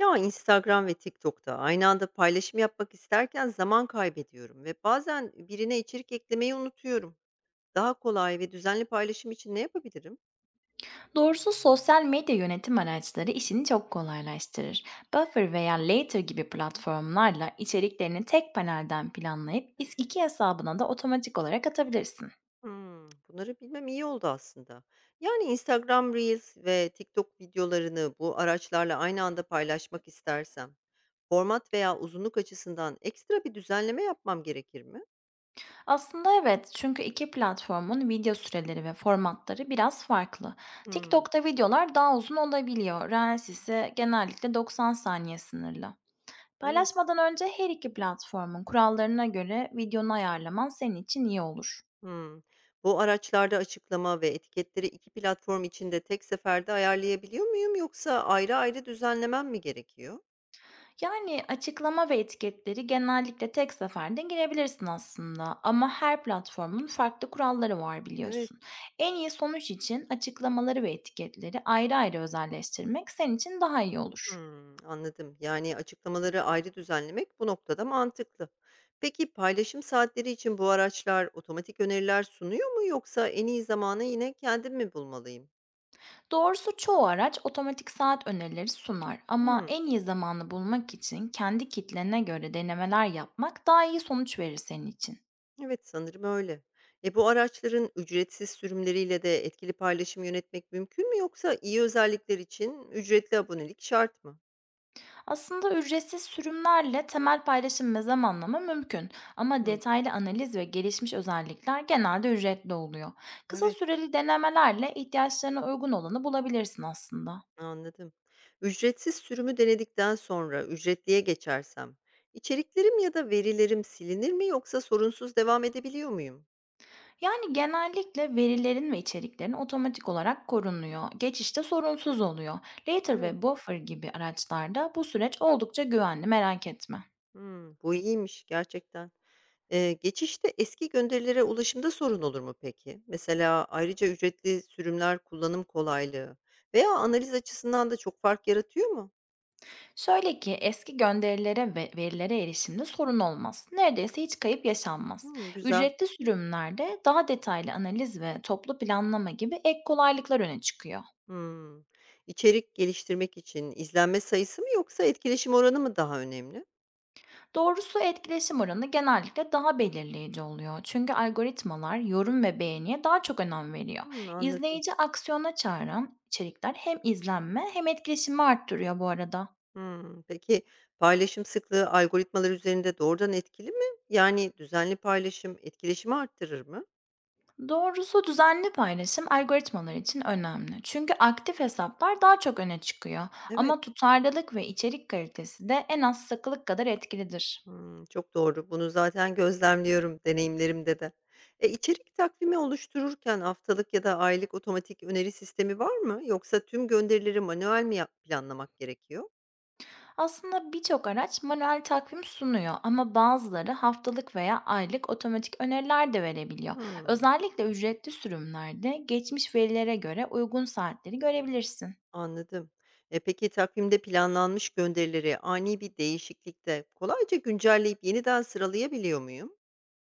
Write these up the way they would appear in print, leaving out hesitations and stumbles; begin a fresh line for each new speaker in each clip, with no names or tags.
Ya, Instagram ve TikTok'ta aynı anda paylaşım yapmak isterken zaman kaybediyorum ve bazen birine içerik eklemeyi unutuyorum. Daha kolay ve düzenli paylaşım için ne yapabilirim?
Doğrusu sosyal medya yönetim araçları işini çok kolaylaştırır. Buffer veya Later gibi platformlarla içeriklerini tek panelden planlayıp iki hesabına da otomatik olarak atabilirsin.
Hmm, bunları bilmem iyi oldu aslında. Yani Instagram Reels ve TikTok videolarını bu araçlarla aynı anda paylaşmak istersem, format veya uzunluk açısından ekstra bir düzenleme yapmam gerekir mi?
Aslında evet, çünkü iki platformun video süreleri ve formatları biraz farklı.
Hmm,
TikTok'ta videolar daha uzun olabiliyor. Reels ise genellikle 90 saniye sınırlı.
evet.
Paylaşmadan önce her iki platformun kurallarına göre videonu ayarlaman senin için iyi olur.
Hımm. Bu araçlarda açıklama ve etiketleri 2 platform içinde tek seferde ayarlayabiliyor muyum yoksa ayrı ayrı düzenlemem mi gerekiyor?
Açıklama ve etiketleri genellikle tek seferde girebilirsin aslında, ama her platformun farklı kuralları var,
Evet.
biliyorsun. En iyi sonuç için açıklamaları ve etiketleri ayrı ayrı özelleştirmek senin için daha iyi olur.
Hımm, anladım. Yani açıklamaları ayrı düzenlemek bu noktada mantıklı. Peki paylaşım saatleri için bu araçlar otomatik öneriler sunuyor mu yoksa en iyi zamanı yine kendim mi bulmalıyım?
Doğrusu çoğu araç otomatik saat önerileri sunar, ama
Hımm,
en iyi zamanı bulmak için kendi kitlene göre denemeler yapmak daha iyi sonuç verir senin için.
evet sanırım öyle. Bu araçların ücretsiz sürümleriyle de etkili paylaşım yönetmek mümkün mü yoksa iyi özellikler için ücretli abonelik şart mı?
Aslında ücretsiz sürümlerle temel paylaşım ve zamanlama mümkün, ama
Hımm.
detaylı analiz ve gelişmiş özellikler genelde ücretli oluyor. Kısa
Evet,
süreli denemelerle ihtiyaçlarına uygun olanı bulabilirsin aslında.
anladım. Ücretsiz sürümü denedikten sonra ücretliye geçersem içeriklerim ya da verilerim silinir mi yoksa sorunsuz devam edebiliyor muyum?
Yani genellikle verilerin ve içeriklerin otomatik olarak korunuyor. Geçişte sorunsuz oluyor. Later
Evet.
ve Buffer gibi araçlarda bu süreç oldukça güvenli, merak etme.
Hımm. Bu iyiymiş gerçekten. Geçişte eski gönderilere ulaşımda sorun olur mu peki? Mesela ayrıca ücretli sürümler kullanım kolaylığı veya analiz açısından da çok fark yaratıyor mu?
Şöyle ki, eski gönderilere ve verilere erişimde sorun olmaz. Neredeyse hiç kayıp yaşanmaz.
Hımm, güzel.
Ücretli sürümlerde daha detaylı analiz ve toplu planlama gibi ek kolaylıklar öne çıkıyor.
Hımm. İçerik geliştirmek için izlenme sayısı mı yoksa etkileşim oranı mı daha önemli?
Doğrusu etkileşim oranı genellikle daha belirleyici oluyor, çünkü algoritmalar yorum ve beğeniye daha çok önem veriyor.
Hımm, anladım.
İzleyici aksiyona çağıran içerikler hem izlenme hem etkileşimi arttırıyor bu arada.
Hımm. Peki, paylaşım sıklığı algoritmalar üzerinde doğrudan etkili mi? Yani düzenli paylaşım etkileşimi arttırır mı?
Doğrusu düzenli paylaşım algoritmalar için önemli, çünkü aktif hesaplar daha çok öne çıkıyor,
Evet.
ama tutarlılık ve içerik kalitesi de en az sıklık kadar etkilidir.
Hımm, çok doğru. Bunu zaten gözlemliyorum deneyimlerimde de. İçerik takvimi oluştururken haftalık ya da aylık otomatik öneri sistemi var mı? Yoksa tüm gönderileri manuel mi yap planlamak gerekiyor?
Aslında birçok araç manuel takvim sunuyor, ama bazıları haftalık veya aylık otomatik öneriler de verebiliyor.
Hımm,
Özellikle ücretli sürümlerde geçmiş verilere göre uygun saatleri görebilirsin.
anladım. Peki takvimde planlanmış gönderileri ani bir değişiklikte kolayca güncelleyip yeniden sıralayabiliyor muyum?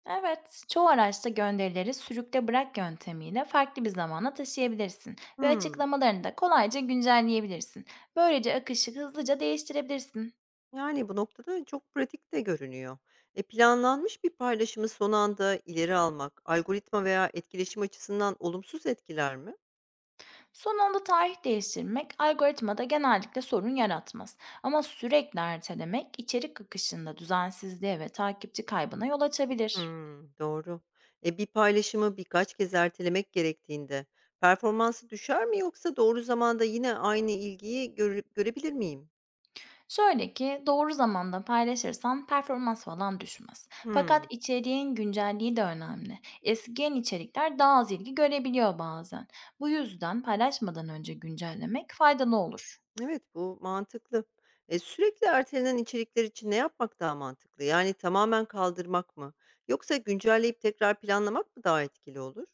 Evet, çoğu araçta gönderileri sürükle bırak yöntemiyle farklı bir zamana taşıyabilirsin ve
Hımm.
açıklamalarını da kolayca güncelleyebilirsin. Böylece akışı hızlıca değiştirebilirsin.
Yani bu noktada çok pratik de görünüyor. Planlanmış bir paylaşımı son anda ileri almak, algoritma veya etkileşim açısından olumsuz etkiler mi?
Sonunda tarih değiştirmek algoritmada genellikle sorun yaratmaz, ama sürekli ertelemek içerik akışında düzensizliğe ve takipçi kaybına yol açabilir.
Hmm, doğru. Bir paylaşımı birkaç kez ertelemek gerektiğinde performansı düşer mi yoksa doğru zamanda yine aynı ilgiyi görebilir miyim?
Şöyle ki, doğru zamanda paylaşırsan performans falan düşmez. Fakat
Hmm,
içeriğin güncelliği de önemli. Eskiyen içerikler daha az ilgi görebiliyor bazen. Bu yüzden paylaşmadan önce güncellemek faydalı olur.
evet bu mantıklı. Sürekli ertelenen içerikler için ne yapmak daha mantıklı? Yani tamamen kaldırmak mı? Yoksa güncelleyip tekrar planlamak mı daha etkili olur?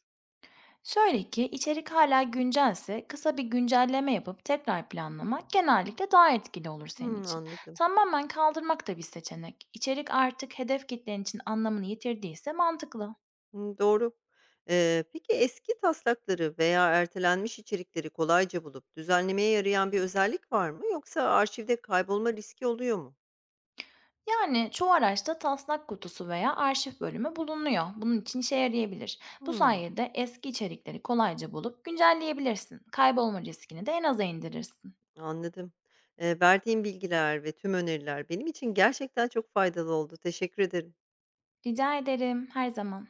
Şöyle ki, içerik hala güncelse kısa bir güncelleme yapıp tekrar planlamak genellikle daha etkili olur senin
Hımm,
için.
anladım.
Tamamen kaldırmak da bir seçenek. İçerik artık hedef kitlen için anlamını yitirdiyse mantıklı.
Hımm, doğru. Peki eski taslakları veya ertelenmiş içerikleri kolayca bulup düzenlemeye yarayan bir özellik var mı yoksa arşivde kaybolma riski oluyor mu?
Yani çoğu araçta taslak kutusu veya arşiv bölümü bulunuyor. Bunun için işe yarayabilir. Bu
Hımm,
sayede eski içerikleri kolayca bulup güncelleyebilirsin. Kaybolma riskini de en aza indirirsin.
anladım. Verdiğin bilgiler ve tüm öneriler benim için gerçekten çok faydalı oldu. Teşekkür ederim.
Rica ederim, her zaman.